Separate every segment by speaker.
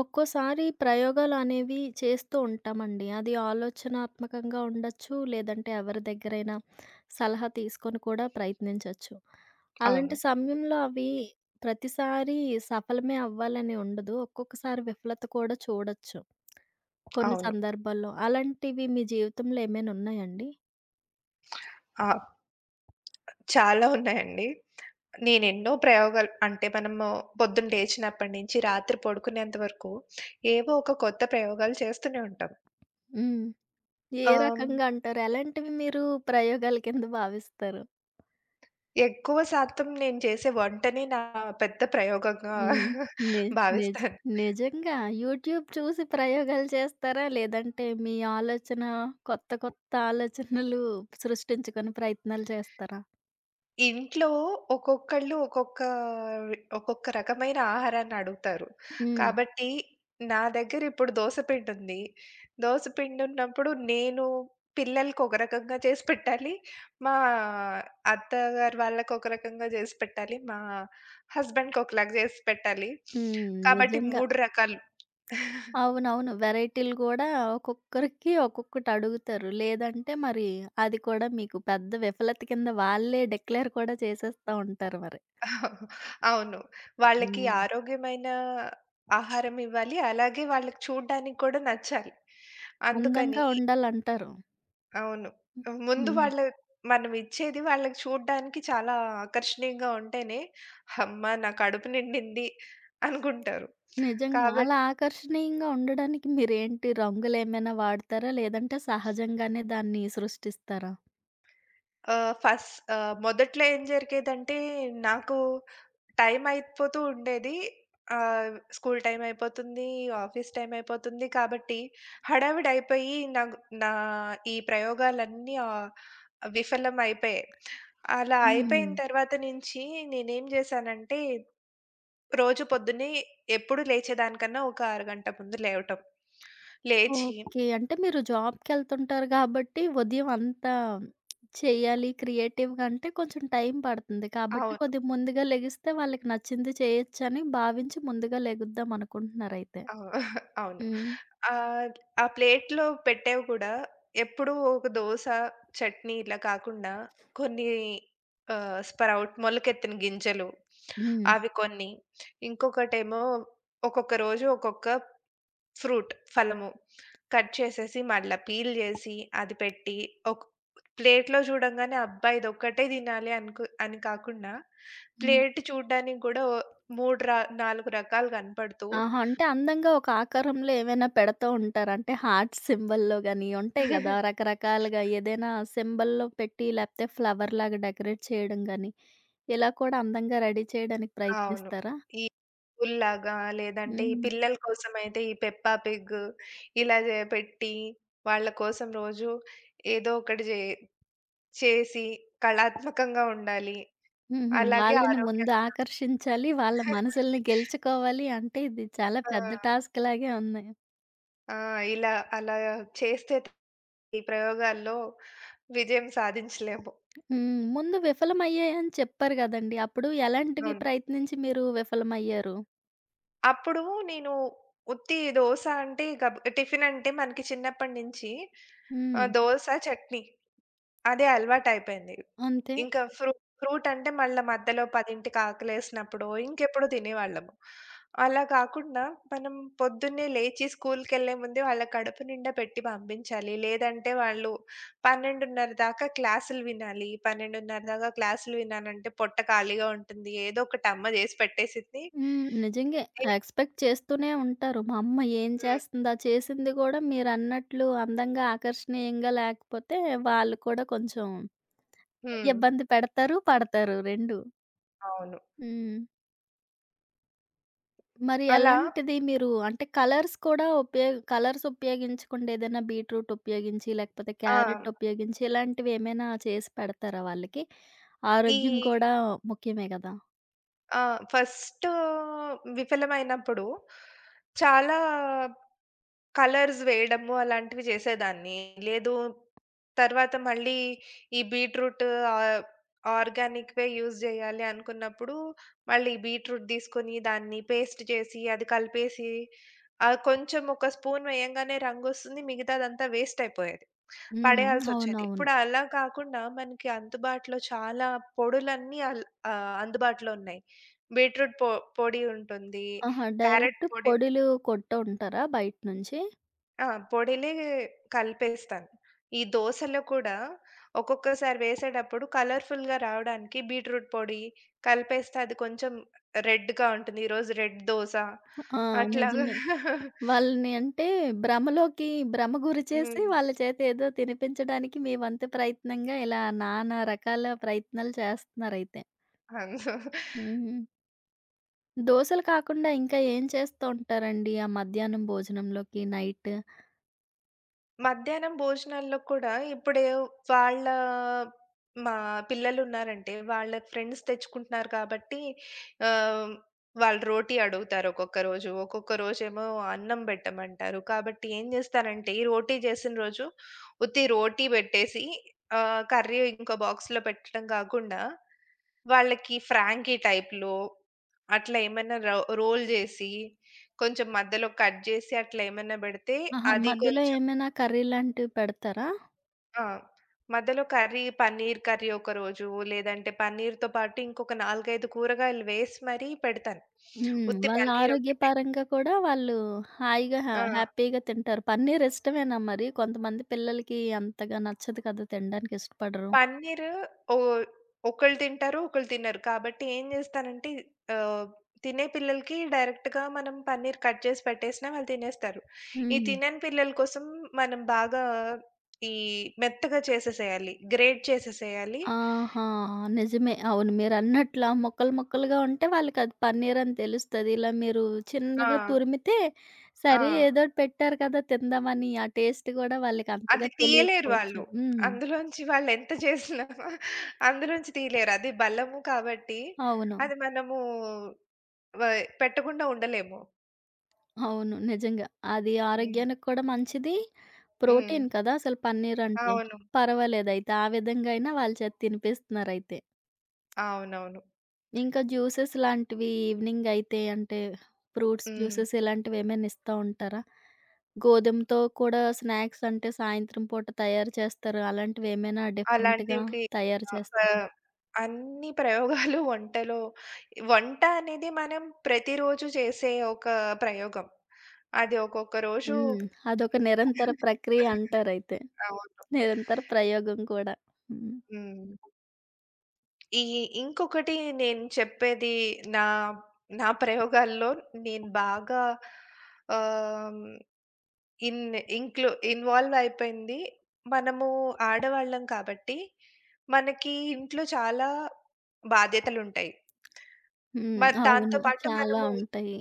Speaker 1: ఒక్కోసారి ప్రయోగాలనేవి చేస్తూ ఉంటామండి. అది ఆలోచనాత్మకంగా ఉండొచ్చు. లేదంటే ఎవరి దగ్గరైనా సలహా తీసుకొని కూడా ప్రయత్నించొచ్చు.
Speaker 2: అవును.
Speaker 1: అలాంటి సమయంలో అవి ప్రతిసారి సఫలమే అవ్వాలని ఉండదు. ఒక్కొక్కసారి విఫలత కూడా చూడొచ్చు కొన్ని
Speaker 2: అవును.
Speaker 1: సందర్భాల్లో. అలాంటివి మీ జీవితంలో ఏమైనా ఉన్నాయండి?
Speaker 2: ఆ! చాలా ఉన్నాయండి. నేనెన్నో ప్రయోగాలు అంటే మనము పొద్దున్న లేచినప్పటి నుంచి రాత్రి పడుకునేంత వరకు ఏవో ఒక కొత్త ప్రయోగాలు చేస్తూనే ఉంటాం.
Speaker 1: హ్మ్. ఏ
Speaker 2: ఆహ్,
Speaker 1: రకంగా అంటారు? ఎలాంటివి మీరు ప్రయోగాల కింద భావిస్తారు?
Speaker 2: ఎక్కువ శాతం నేను చేసే వంటనే నా పెద్ద ప్రయోగంగా
Speaker 1: హ్మ్. ని నిజ
Speaker 2: భావిస్తాను.
Speaker 1: నిజంగా. యూట్యూబ్ చూసి ప్రయోగాలు చేస్తారా? లేదంటే మీ ఆలోచన కొత్త కొత్త ఆలోచనలు సృష్టించుకునే ప్రయత్నాలు చేస్తారా?
Speaker 2: ఇంట్లో ఒక్కొక్కళ్ళు ఒక్కొక్క ఒక్కొక్క రకమైన ఆహారాన్ని అడుగుతారు.
Speaker 1: హ్మ్.
Speaker 2: కాబట్టి నా దగ్గర ఇప్పుడు దోస పిండుంది. దోస పిండున్నప్పుడు నేను పిల్లలకి ఒక రకంగా చేసి పెట్టాలి. మా అత్తగారు వాళ్ళకి ఒక రకంగా చేసి పెట్టాలి. మా హస్బెండ్‌కి ఒకలాగా చేసి పెట్టాలి.
Speaker 1: హ్మ్.
Speaker 2: కాబట్టి
Speaker 1: నిజంగా.
Speaker 2: 3 రకాలు.
Speaker 1: అవునవును. వెరైటీలు గూడా ఒక్కొక్కరికి ఒక్కొక్కటి అడుగుతారు. లేదంటే మరి అది కూడా మీకు పెద్ద విఫలత కింద వాళ్ళే డిక్లేర్ కూడా చేసేస్తా ఉంటారు మరి.
Speaker 2: అవును. వాళ్ళకి
Speaker 1: హ్మ్.
Speaker 2: ఆరోగ్యమైన ఆహారం ఇవ్వాలి. అలాగే వాళ్ళకి చూడ్డానికి కూడా నచ్చాలి. అందుకని
Speaker 1: అందంగా ఉండాలంటారు.
Speaker 2: అవును. ముందు
Speaker 1: హ్మ్.
Speaker 2: మనం ఇచ్చేది వాళ్ళకి చూడ్డానికి చాలా ఆకర్షణీయంగా ఉంటేనే, హమ్మా! నా కడుపు నిండింది అనుకుంటారు.
Speaker 1: నిజంగా.
Speaker 2: కాబట్
Speaker 1: అలా ఆకర్షణీయంగా ఉండడానికి మీరేంటి రంగులేమైనా వాడతారా? లేదంటే సహజంగానే దాన్ని సృష్టిస్తారా?
Speaker 2: ఆహ్, ఫస్ ఆహ్, మొదట్లో ఏం జరిగేదంటే నాకు టైం అయిపోతూ ఉండేది. స్కూల్ టైమ్ అయిపోతుంది, ఆఫీస్ టైమ్ అయిపోతుంది. కాబట్టి హడావిడయిపోయి నాగు నా నా ఈ ప్రయోగాలన్నీ విఫలం అయిపోయాయి. అలా
Speaker 1: హ్మ్.
Speaker 2: అయిపోయిన తర్వాత నుంచి నేనేం జేశానంటే, రోజు పొద్దున్నే ఎప్పుడు లేచేదానికన్నా ఒక అరగంట ముందు లేవటం. లేచి
Speaker 1: ఓకే. అంటే మీరు జాబ్‌కెళ్తుంటారు కాబట్టి ఉదయం అంతా చేయాలి క్రియేటివ్‌గా అంటే కొంచెం టైం పడుతుంది. కాబట్టి
Speaker 2: అవును.
Speaker 1: కొద్దిగా ముందుగా లెగిస్తే వాళ్ళకి నచ్చింది చేయొచ్చని భావించి ముందుగా లెగుద్దాం అనుకుంటున్నారైతే.
Speaker 2: ఆ! అవును.
Speaker 1: హ్మ్.
Speaker 2: ఆహ్, ఆ ప్లేట్‌లో పెట్టేవి కూడా ఎప్పుడూ ఒక దోస, చట్నీ ఇలా కాకుండా కొన్ని స్ప్రౌట్ మొలకెత్తిన గింజలు
Speaker 1: హ్మ్.
Speaker 2: అవి కొన్ని, ఇంకొకటేమో ఒక్కొక్క రోజు ఒక్కొక్క ఫ్రూట్ ఫలము కట్ చేసేసి మళ్ళా పీల్ చేసి అది పెట్టి ఒక ప్లేట్‌లో చూడంగానే అబ్బా! ఇదొక్కటే తినాలి అని కాకుండా
Speaker 1: హ్మ్.
Speaker 2: ప్లేట్ చూడ్డానికి కూడా ఓ 3 ర 4 రకాలు కనపడుతూ
Speaker 1: ఆహా! అంటే అందంగా ఒక ఆకారంలో ఏవైనా పెడతా ఉంటారా? అంటే హార్ట్ సింబల్‌లో గాని ఉంటాయి గదా! రకరకాలుగా ఏదైనా సింబల్‌లో పెట్టి లేకపోతే ఫ్లవర్‌లాగా డెకరేట్ చేయడం గాని, ఇలా కూడా అందంగా రెడీ చేయడానికి
Speaker 2: అవును.
Speaker 1: ప్రయత్నిస్తారా?
Speaker 2: ఈ స్కూల్‌లాగా లేదంటే ఈ
Speaker 1: హ్మ్.
Speaker 2: పిల్లల కోసమైతే ఈ పెప్పా పిగ్ ఇలా పెట్టి వాళ్ళ కోసం రోజు ఏదో ఒకటి చేసి కళాత్మకంగా ఉండాలి.
Speaker 1: హుహు.
Speaker 2: అలాగే
Speaker 1: వాళ్ళని ముందు
Speaker 2: ఆరోగ్యంగా
Speaker 1: ఆకర్షించాలి. వాళ్ళ మనసుల్ని గెలుచుకోవాలి అంటే ఇది చాలా
Speaker 2: ఆ!
Speaker 1: పెద్ద టాస్క్‌లాగే ఉంది.
Speaker 2: ఆ! ఇలా అలా చేస్తే ఈ ప్రయోగాల్లో విజయం సాధించలేము.
Speaker 1: హ్మ్. ముందు విఫలమయ్యాయని చెప్పారు గదండీ! అప్పుడు ఎలాంటివి
Speaker 2: అవును.
Speaker 1: ప్రయత్నించి మీరు విఫలమయ్యారు?
Speaker 2: అప్పుడు నేను ఉత్తి దోస అంటే టిఫిన్ అంటే మనకి చిన్నప్పటి నుంచి
Speaker 1: హ్మ్.
Speaker 2: దోస, చట్నీ. అదే అలవాటయిపోయింది.
Speaker 1: అంతే.
Speaker 2: ఇంకా ఫ్రూటంటే మళ్ళా మధ్యలో 10కి ఆకలేసినప్పుడో, ఇంకెప్పుడో తినేవాళ్ళము. అలా కాకుండా మనం పొద్దున్నే లేచి స్కూల్‌కెళ్ళే ముందే వాళ్ళ కడుపు నిండా పెట్టి పంపించాలి. లేదంటే వాళ్ళు 12:30 దాకా క్లాసులు వినాలి. 12:30 దాకా క్లాసులు విన్నానంటే పొట్ట ఖాళీగా ఉంటుంది. ఏదో ఒకటి అమ్మ చేసి పెట్టేసిద్ది.
Speaker 1: హ్మ్. నిజంగే.
Speaker 2: ఏ
Speaker 1: ఎక్స్‌పెక్ట్ చేస్తూనే ఉంటారు. మా అమ్మ ఏం
Speaker 2: హ్మ్.
Speaker 1: చేస్తుందా? చేసింది గూడా మీరన్నట్లు అందంగా, ఆకర్షణీయంగా లేకపోతే వాళ్ళు కూడా కొంచెం
Speaker 2: హ్మ్.
Speaker 1: ఇబ్బంది పెడతారు, పడతారు 2.
Speaker 2: అవును.
Speaker 1: హ్మ్. మరి
Speaker 2: అలా
Speaker 1: ఎలాంటిది మీరు అంటే కలర్స్ కూడా కలర్స్ ఉపయోగించకుండా ఏదైనా బీట్రూట్ ఉపయోగించి, లేకపోతే
Speaker 2: ఆ!
Speaker 1: క్యారెట్ ఉపయోగించి ఇలాంటివి ఏమైనా చేసి పెడతారా వాళ్ళకి?
Speaker 2: ఈ
Speaker 1: ఆరోగ్యం కూడా ముఖ్యమే గదా!
Speaker 2: ఆ! ఫస్ట్ విఫలమైనప్పుడు చాలా కలర్స్ వేయడము అలాంటివి చేసేదాన్ని. లేదు తర్వాత మళ్ళీ ఈ బీట్రూట్ ఆహ్, ఆర్గానిక్‌వే యూజ్ జేయాలి అనుకున్నప్పుడు, మళ్ళీ బీట్రూట్ తీసుకొని దాన్ని పేస్ట్ చేసి, అది కలిపేసి, కొంచెం ఒక స్పూన్ వేయంగానే రంగొస్తుంది. మిగతాదంతా వేస్ట్ అయిపోయేది.
Speaker 1: హ్మ్.
Speaker 2: పడేయాల్సొచ్చేది.
Speaker 1: అవునవును.
Speaker 2: ఇప్పుడు అలా కాకుండా మనకి అందుబాటులో చాలా పొడులన్నీ అందుబాటులో ఉన్నాయి. బీట్రూట్ పొడి ఉంటుంది.
Speaker 1: ఆహా!
Speaker 2: క్యారట్
Speaker 1: డైరెక్ట్
Speaker 2: పొడి
Speaker 1: పొడిలు కొంటూ ఉంటారా బయట నుంచి?
Speaker 2: ఆ! పొడిలే కలిపేస్తాను. ఈ దోసలో కూడా ఒక్కొక్కసారి వేసేటప్పుడు కలర్‌ఫుల్‌గా రావడానికి బీట్రూట్ పొడి కలిపేస్తే అది కొంచెం రెడ్‌గా ఉంటుంది. ఈరోజు రెడ్ దోస
Speaker 1: ఆ!
Speaker 2: అట్లాగా
Speaker 1: నిజమే. వాళ్ళని అంటే భ్రమలోకి భ్రమ గురి చేసి
Speaker 2: హ్మ్.
Speaker 1: వాళ్ళ చేత ఏదో తినిపించడానికి మీ వంతు ప్రయత్నంగా ఇలా నానా రకాల ప్రయత్నాలు చేస్తున్నారయితే.
Speaker 2: అవును.
Speaker 1: హుహు. దోసలు కాకుండా ఇంకా ఏం చేస్తూ ఉంటారండి? ఆ మధ్యాహ్నం భోజనంలోకి నైట్?
Speaker 2: మధ్యాహ్నం భోజనాల్లో కూడా ఇప్పుడు వాళ్ళ మా పిల్లలున్నారంటే, వాళ్ళ ఫ్రెండ్స్ తెచ్చుకుంటున్నారు కాబట్టి ఆహ్, వాళ్ళు రోటీ అడుగుతారు ఒక్కొక్క రోజు. ఒక్కొక్క రోజేమో అన్నం పెట్టమంటారు. కాబట్టి ఏం చేస్తానంటే, ఈ రోటీ చేసిన రోజు ఉత్తి రోటీ పెట్టేసి కర్రీ ఇంకో బాక్స్‌లో పెట్టడం కాకుండా, వాళ్ళకి ఫ్రాంకీ టైప్‌లో అట్లా ఏమన్నా రోల్ చేసి, కొంచెం మధ్యలో కట్ చేసి అట్లా ఏమన్నా పెడితే
Speaker 1: ఆహా!
Speaker 2: అది
Speaker 1: మధ్యలో
Speaker 2: కొంచెం
Speaker 1: ఏమైనా కర్రీ లాంటివి పెడతారా?
Speaker 2: ఆ! మధ్యలో కర్రీ, పన్నీర్ కర్రీ ఒకరోజు, లేదంటే పన్నీర్‌తో పాటు ఇంకొక 4, 5 కూరగాయలు వేసి మరీ పెడతాను.
Speaker 1: హ్మ్.
Speaker 2: ఉత్తి
Speaker 1: వాళ్ళ
Speaker 2: పన్నీర్ ఒకటే.
Speaker 1: ఆరోగ్యపరంగా కూడా వాళ్ళు హాయిగా
Speaker 2: ఆ!
Speaker 1: హ్యాపీగా తింటారు. పన్నీర్ ఇష్టమేనా మరి? కొంతమంది పిల్లలకి అంతగా నచ్చదు కదా! తినడానికి ఇష్టపడరు.
Speaker 2: పన్నీరు ఓ ఒకళ్ళు తింటారు, ఒకళ్ళు తినరు. కాబట్టి ఏం చేస్తానంటే ఆహ్, తినే పిల్లలకి డైరెక్ట్‌గా మనం పన్నీర్ కట్ చేసి పెట్టేసినా వాళ్ళు తినేస్తారు. ఈ
Speaker 1: హ్మ్.
Speaker 2: తినని పిల్లల కోసం మనం బాగా ఈ మెత్తగా చేసేసేయాలి. గ్రేట్ చేసేసేయాలి.
Speaker 1: ఆహా! నిజమే. అవును. మీరన్నట్లా ముక్కలు ముక్కలుగా ఉంటే వాళ్ళకది పన్నీరని తెలుస్తది. ఇలా మీరు
Speaker 2: ఆ!
Speaker 1: చిన్నగా తురిమితే
Speaker 2: ఆ!
Speaker 1: సరే ఏదోటి పెట్టారు కదా! తిందామని ఆ టేస్ట్ గూడా
Speaker 2: అది
Speaker 1: వాళ్ళకంతగా
Speaker 2: తీయలేరు
Speaker 1: తెలియకపోవచ్చు.
Speaker 2: వాళ్ళు.
Speaker 1: హ్మ్.
Speaker 2: అందులోంచి వాళ్ళెంత చేసినా అందులోంచి తీయలేరు. అది బలము కాబట్టి
Speaker 1: అవును.
Speaker 2: అది మనము వ పెట్టకుండా ఉండలేము.
Speaker 1: అవును. నిజంగా. అది
Speaker 2: హ్మ్.
Speaker 1: ఆరోగ్యానికి కూడా మంచిది.
Speaker 2: హ్మ్.
Speaker 1: ప్రోటీన్ కదా! అసలు పన్నీరంటే.
Speaker 2: అవును.
Speaker 1: పర్వాలేదయితే. ఆ విధంగా అయినా వాళ్ళ చేత తినిపిస్తున్నారయితే.
Speaker 2: అవునవును.
Speaker 1: ఇంకా జ్యూసెస్ లాంటివి ఈవినింగ్ అయితే అంటే ఫ్రూట్స్
Speaker 2: హ్మ్.
Speaker 1: జ్యూసెస్ ఇలాంటివి ఏమైనా ఇస్తా ఉంటారా? గోధుమతో కూడా స్నాక్స్ అంటే సాయంత్రం పూట తయారు చేస్తారు. అలాంటివి ఏమైనా డిఫరెంట్‌గా
Speaker 2: అలాంటివి
Speaker 1: తయారు
Speaker 2: ఆహ్, ప
Speaker 1: చేస్తారా?
Speaker 2: అన్ని ప్రయోగాలు వంటలో. వంట అనేది మనం ప్రతిరోజు చేసే ఒక ప్రయోగం. అది ఒక్కొక్క రోజు
Speaker 1: హ్మ్. అదొక నిరంతర ప్రక్రియ అంటారైతే.
Speaker 2: అవును.
Speaker 1: నిరంతర ప్రయోగం కూడా. హ్మ్.
Speaker 2: హ్మ్. ఈ ఇంకొకటి నేను చెప్పేది నా నా ప్రయోగాల్లో నేను బాగా ఆహ్, ఇన్ ఇంక్లు ఇన్వాల్వ్ అయిపోయింది. మనము ఆడవాళ్ళం కాబట్టి, మనకి ఇంట్లో చాలా బాధ్యతలుంటాయి.
Speaker 1: హ్మ్.
Speaker 2: మ దాంతో
Speaker 1: అవును.
Speaker 2: పాటు
Speaker 1: చాలా
Speaker 2: మనము
Speaker 1: ఉంటాయి.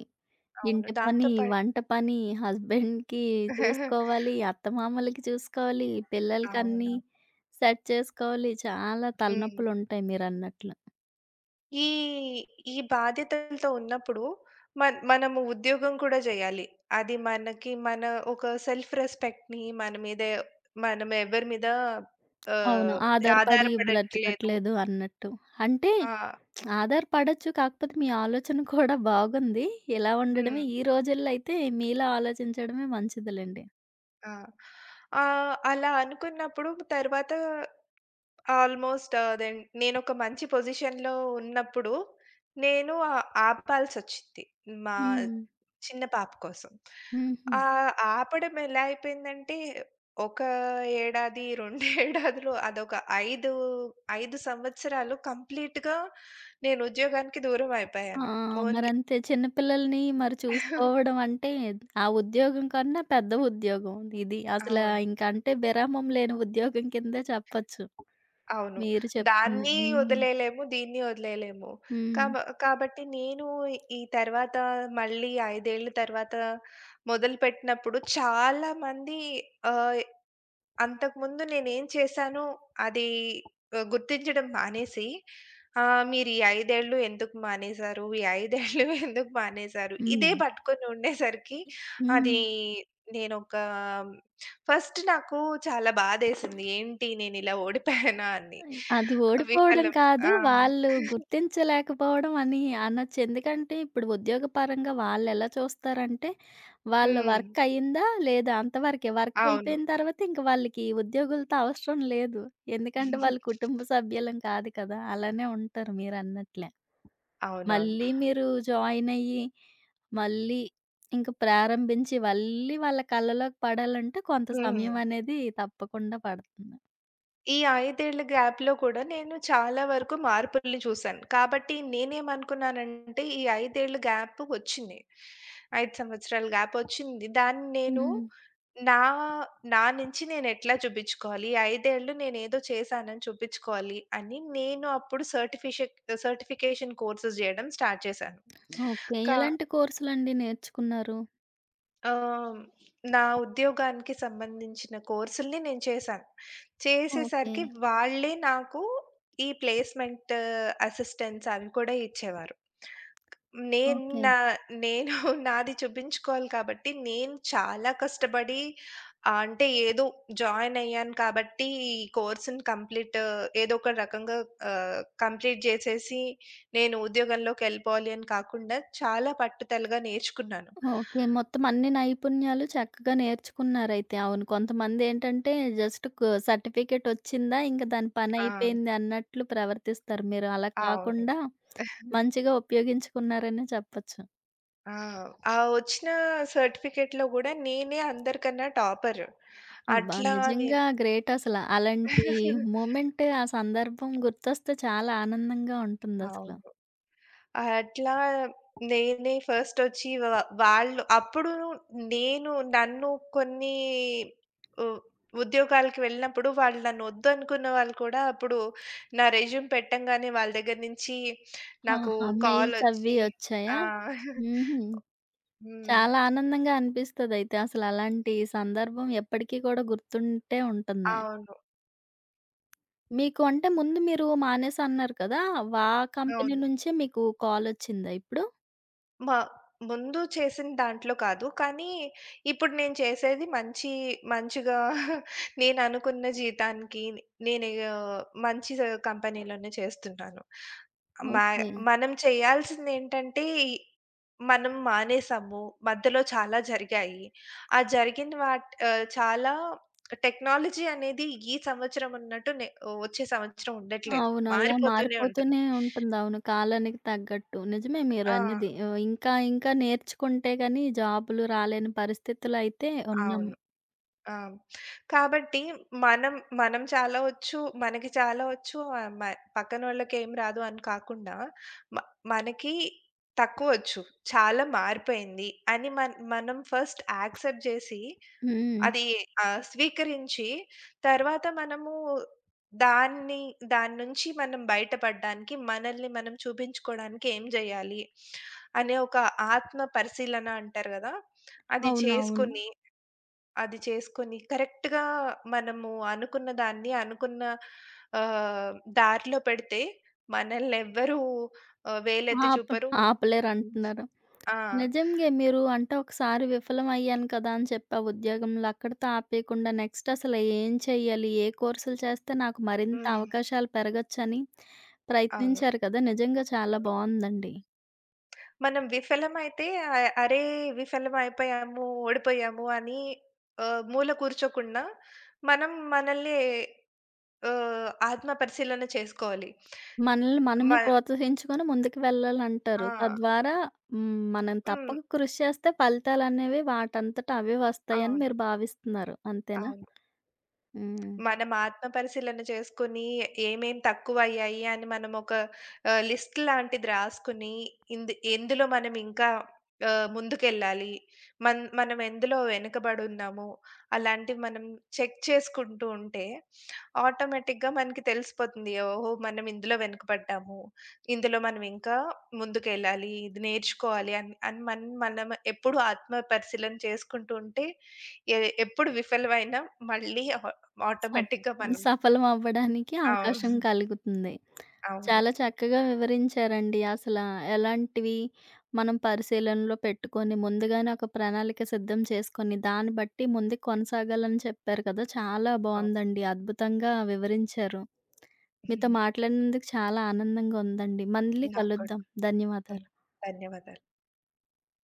Speaker 2: అవును.
Speaker 1: ఇంటి
Speaker 2: దాంతో
Speaker 1: పని,
Speaker 2: పా
Speaker 1: వంట పని, హస్బెండ్‌కి చూసుకోవాలి, అత్తమామలకి చూసుకోవాలి,
Speaker 2: అవును.
Speaker 1: పిల్లలకన్నీ సెట్ చేసుకోవాలి. చాలా
Speaker 2: హ్మ్.
Speaker 1: తలనొప్పులుంటాయి మీరన్నట్లు.
Speaker 2: ఈ ఈ బాధ్యతలతో ఉన్నప్పుడు మనము ఉద్యోగం కూడా జేయాలి. అది మనకి ఒక సెల్ఫ్ రెస్పెక్ట్‌ని మన మీద మనం ఎవరి మీద
Speaker 1: అవును.
Speaker 2: ఆహ్,
Speaker 1: ఆధారపడి
Speaker 2: ఆధారపడట్లేదు.
Speaker 1: బ్రతకట్లేదు అన్నట్టు. అంటే
Speaker 2: ఆ!
Speaker 1: ఆధారపడొచ్చు. కాకపోతే మీ ఆలోచన కూడా బాగుంది. ఇలా
Speaker 2: హ్మ్.
Speaker 1: ఉండడమే ఈ రోజుల్లో అయితే మీలా ఆలోచించడమే మంచిదిలెండి.
Speaker 2: ఆ! అలా అనుకున్నప్పుడు తర్వాత ఆల్‌మోస్ట్ దెన్ నేనొక మంచి పొజిషన్‌లో ఉన్నప్పుడు నేను ఆపాల్సొచ్చింది. మా
Speaker 1: హ్మ్.
Speaker 2: చిన్న పాప కోసం.
Speaker 1: హుహు.
Speaker 2: ఆపడం ఎలా అయిపోయిందంటే, ఒక ఏడాది, 2 ఏడాదులు అదొక 5, 5 సంవత్సరాలు కంప్లీట్‌గా నేను ఉద్యోగానికి దూరం
Speaker 1: ఆ!
Speaker 2: అయిపోయాను. ఓన్లీ
Speaker 1: మరంతే చిన్న పిల్లల్ని మరి చూసుకోవడం అంటే, ఆ ఉద్యోగం కన్నా పెద్ద ఉద్యోగం ఇది. అసలా
Speaker 2: అవును.
Speaker 1: ఇంక అంటే విరామం లేని ఉద్యోగం కిందే చెప్పచ్చు.
Speaker 2: అవును.
Speaker 1: మీరు చెప్తుంది.
Speaker 2: దాన్ని
Speaker 1: హ్మ్.
Speaker 2: వదిలేయలేము, దీన్ని వదిలేయలేము.
Speaker 1: హ్మ్.
Speaker 2: కాబ కాబట్టి నేను ఈ తర్వాత మళ్ళీ 5 ఏళ్ల తర్వాత మొదలుపెట్టినప్పుడు చాలా మంది ఆహ్, అంతకుముందు నేనేం చేశానో అది గుర్తించడం మానేసి, మీరు ఈ 5 ఏళ్ళు ఎందుకు మానేశారు? ఈ 5 ఏళ్ళు ఎందుకు మానేశారు? ఇదే
Speaker 1: హ్మ్.
Speaker 2: పట్టుకొని ఉండేసరికి
Speaker 1: హ్మ్.
Speaker 2: అది నేనొక ఫస్ట్ నాకు చాలా బాధేసింది. ఏంటి నేనిలా ఓడిపోయానా అని.
Speaker 1: అది ఓడిపోవడం
Speaker 2: విఫలం.
Speaker 1: కాదు.
Speaker 2: ఆ!
Speaker 1: వాళ్ళు గుర్తించలేకపోవడం అని అనొచ్చు. ఎందుకంటే ఇప్పుడు ఉద్యోగపరంగా వాళ్ళెలా చూస్తారంటే, వాళ్ళ
Speaker 2: హ్మ్.
Speaker 1: వర్క్ అయిందా? లేదా? అంతవరకే. వర్క్
Speaker 2: అవును.
Speaker 1: అయిపోయిన తర్వాత ఇంక వాళ్ళకి ఉద్యోగులతో అవసరం లేదు. ఎందుకంటే వాళ్ళు కుటుంబ సభ్యులం కాదు కదా! అలానే ఉంటారు మీరన్నట్లే.
Speaker 2: అవునవును.
Speaker 1: మళ్ళీ మీరు జాయిన్ అయ్యి, మళ్ళీ ఇంక ప్రారంభించి, మళ్ళీ వాళ్ళ కళ్ళలోకి పడాలంటే కొంత
Speaker 2: హ్మ్.
Speaker 1: సమయం అనేది తప్పకుండా పడుతుంది.
Speaker 2: ఈ ఐదేళ్ల గ్యాప్‌లో కూడా నేను చాలా వరకు మార్పుల్ని చూసాను. కాబట్టి నేనేమనుకున్నానంటే ఈ 5 ఏళ్ల గ్యాప్ వచ్చింది. 5 సంవత్సరాల గ్యాప్ వచ్చింది. దాన్ని నేను
Speaker 1: హ్మ్.
Speaker 2: నా నా నుంచి నేనెట్లా చూపించుకోవాలి? ఈ 5 ఏళ్లు నేనేదో చేశానని చూపించుకోవాలి అని నేను అప్పుడు సర్టిఫికేషన్ కోర్సెస్ జేయడం స్టార్ట్ చేశాను.
Speaker 1: ఓకే.
Speaker 2: కా
Speaker 1: ఎలాంటి కోర్సులండి నేర్చుకున్నారు?
Speaker 2: ఆహ్, నా ఉద్యోగానికి సంబంధించిన కోర్సుల్ని నేను చేశాను.
Speaker 1: ఓకే.
Speaker 2: చేసేసరికి వాళ్ళే నాకు ఈ ప్లేస్‌మెంట్ అసిస్టెన్స్ అవి కూడా ఇచ్చేవారు. నేను
Speaker 1: ఓకే.
Speaker 2: నా నేను నాది చూపించుకోవాలి కాబట్టి నేను చాలా కష్టపడి అంటే ఏదో జాయిన్ అయ్యాను కాబట్టి ఈ కోర్స్‌ని కంప్లీట్ ఏదో ఒక రకంగా కంప్లీట్ చేసేసి నేను ఉద్యోగంలోకెళ్ళిపోవాలి అని కాకుండా చాలా పట్టుదలగా నేర్చుకున్నాను.
Speaker 1: ఓకే. మొత్తం అన్ని నైపుణ్యాలు చక్కగా నేర్చుకున్నారైతే. అవును. కొంతమందేంటంటే జస్ట్ సర్టిఫికేటొచ్చిందా ఇంక దాని
Speaker 2: ఆ!
Speaker 1: పనయిపోయింది అన్నట్లు ప్రవర్తిస్తారు. మీరు అలా
Speaker 2: అవును.
Speaker 1: కాకుండా మంచిగా ఉపయోగించుకున్నారనే చెప్పొచ్చు.
Speaker 2: ఆ! ఆ వచ్చిన సర్టిఫికేట్‌లో గూడా నేనే అందరికన్నా టాపర్.
Speaker 1: అబ్బా!
Speaker 2: అట్లా నేను
Speaker 1: నిజంగా గ్రేట్ అసల. అలాంటి మూమెంట్, ఆ సందర్భం గుర్తొస్తే చాలా ఆనందంగా ఉంటుందసల.
Speaker 2: అవును. అట్లా నేనే ఫస్ట్ వచ్చి వాళ్ళు అప్పుడు నేను నన్ను కొన్ని ఉ ఉద్యోగాలకి వెళ్ళినప్పుడు వాళ్ళు నన్ను వద్దనుకున్న వాళ్ళు కూడా అప్పుడు నా రెజ్యూమ్ పెట్టంగానే వాళ్ళ దగ్గర నుంచి నాకు
Speaker 1: ఆహా! మెయిల్స్ అవి
Speaker 2: కాలొచ్చి ఆ!
Speaker 1: వచ్చాయా? హుహు.
Speaker 2: హ్మ్.
Speaker 1: చాలా ఆనందంగా అనిపిస్తదయితే. అసలలాంటి సందర్భం ఎప్పటికీ కూడా గుర్తుంటే ఉంటుంది.
Speaker 2: అవును.
Speaker 1: మీకు అంటే ముందు మీరు మానేసా అన్నారు కదా! వా కంపెనీ
Speaker 2: అవును.
Speaker 1: నుంచే మీకు కాలొచ్చిందా ఇప్పుడు?
Speaker 2: మా ముందు చేసిన దాంట్లో కాదు. కానీ ఇప్పుడు నేను చేసేది మంచి మంచిగా నేను అనుకున్న జీతానికి నేను ఆ, మంచి కంపెనీలోనే చేస్తున్నాను. మా
Speaker 1: ఓకే.
Speaker 2: మనం చేయాల్సిందేంటంటే మనం మానేసాము. మధ్యలో చాలా జరిగాయి. ఆ జరిగిన చాలా టెక్నాలజీ అనేది ఈ సంవత్సరం ఉన్నట్టు వచ్చే సంవత్సరం ఉండట్లేదు.
Speaker 1: అవును. అలా
Speaker 2: మారిపోతూనే ఉంటుంది.
Speaker 1: మారిపోతూనే ఉంటుంది. అవును. కాలానికి తగ్గట్టు. నిజమే
Speaker 2: ఆ!
Speaker 1: మీరన్నది. ఇంకా ఇంకా నేర్చుకుంటే గాని జాబులు రాలేని పరిస్థితులయితే ఉన్నాం.
Speaker 2: అవును. ఆ! కాబట్టి మనం, మనం చాలా వచ్చు, మనకి చాలా వచ్చు ఆహ్, మ పక్కనోళ్ళకేం రాదు అని కాకుండా మ మనకి తక్కువొచ్చు, చాలా మారిపోయింది అని మనం ఫస్ట్ యాక్సెప్ట్ జేసి,
Speaker 1: హ్మ్.
Speaker 2: అది స్వీకరించి తర్వాత మనము దాన్ని దాని నుంచి మనం బయటపడడానికి, మనల్ని మనం చూపించుకోవడానికి ఏం జేయాలి అనే ఒక ఆత్మ పరిశీలన అంటారు గదా! అది
Speaker 1: అవునవును.
Speaker 2: చేసుకొని అది చేసుకొని కరెక్ట్‌గా మనము అనుకున్న దాన్ని అనుకున్న ఆహ్, దారిలో పెడితే మనల్నెవ్వరూ వేలెత్తి
Speaker 1: ఆప
Speaker 2: చూపరు. హ్మ్.
Speaker 1: ఆపలేరంటున్నారు.
Speaker 2: ఆ!
Speaker 1: నిజంగే. మీరు అంటే ఒకసారి విఫలం అయ్యాను కదా! అని చెప్పి ఆ ఉద్యోగంలో అక్కడితో ఆపేయకుండా నెక్స్ట్ అసలు ఏం చెయ్యాలి? ఏ కోర్సులు చేస్తే నాకు మరింత
Speaker 2: హ్మ్.
Speaker 1: అవకాశాలు పెరగొచ్చని
Speaker 2: అవును.
Speaker 1: ప్రయత్నించారు కదా! నిజంగా చాలా
Speaker 2: హ్మ్.
Speaker 1: బావుందండి.
Speaker 2: మనం విఫలమైతే అరే! విఫలమైపోయాము, ఓడిపోయాము అని మూల కూర్చోకుండా మనం మనల్ని ఆత్మ పరిశీలన చేసుకోవాలి.
Speaker 1: మనల్ని
Speaker 2: మ
Speaker 1: మనమే ప్రోత్సహించుకొని ముందుకు
Speaker 2: ఆ!
Speaker 1: వెళ్ళాలంటారు. తద్వారా హ్మ్. మనం
Speaker 2: హ్మ్.
Speaker 1: తప్పక కృషి చేస్తే ఫలితాలనేవి వాటంతట అవే వస్తాయని
Speaker 2: అవును.
Speaker 1: మీరు భావిస్తున్నారు. అంతేనా?
Speaker 2: అవును.
Speaker 1: హ్మ్.
Speaker 2: మనం ఆత్మ పరిశీలన చేసుకొని, ఏమేం తక్కువయ్యాయి అని మనం ఒక లిస్ట్ లాంటిది రాసుకొని, ఎందులో మనం ఇంకా ముందుకెళ్ళాలి. మనం ఎందులో వెనకబడున్నాము, అలాంటివి మనం చెక్ చేసుకుంటూ ఉంటే, ఆటోమేటిక్‌గా మనకి తెలిసిపోతుంది. ఓహో! మనం ఇందులో వెనకబడ్డాము. ఇందులో మనం ఇంకా ముందుకెళ్ళాలి. ఇది నేర్చుకోవాలి అని మనం మనం ఎప్పుడు ఆత్మ పరిశీలన చేసుకుంటూ ఉంటే, ఎ ఎప్పుడు విఫలమైనా మళ్ళీ
Speaker 1: అప్
Speaker 2: ఆటోమేటిక్‌గా మనం
Speaker 1: సఫలం అవ్వడానికి అవకాశం
Speaker 2: అవును.
Speaker 1: కలుగుతుంది.
Speaker 2: అవును.
Speaker 1: చాలా చక్కగా వివరించారండి. అసలా ఎలాంటివి మనం పరిశీలనలో పెట్టుకొని, ముందుగానే ఒక ప్రణాళిక సిద్ధం చేసుకొని, దాన్ని బట్టి ముందుకు కొనసాగాలని చెప్పారు కదా! చాలా
Speaker 2: అవును.
Speaker 1: బావుందండి. అద్భుతంగా వివరించారు. మీతో మాట్లాడినందుకు చాలా ఆనందంగా ఉందండి. మళ్ళీ
Speaker 2: నాకు కూడా.
Speaker 1: కలుద్దాం.
Speaker 2: హ్మ్.
Speaker 1: ధన్యవాదాలు.
Speaker 2: ధన్యవాదాలు.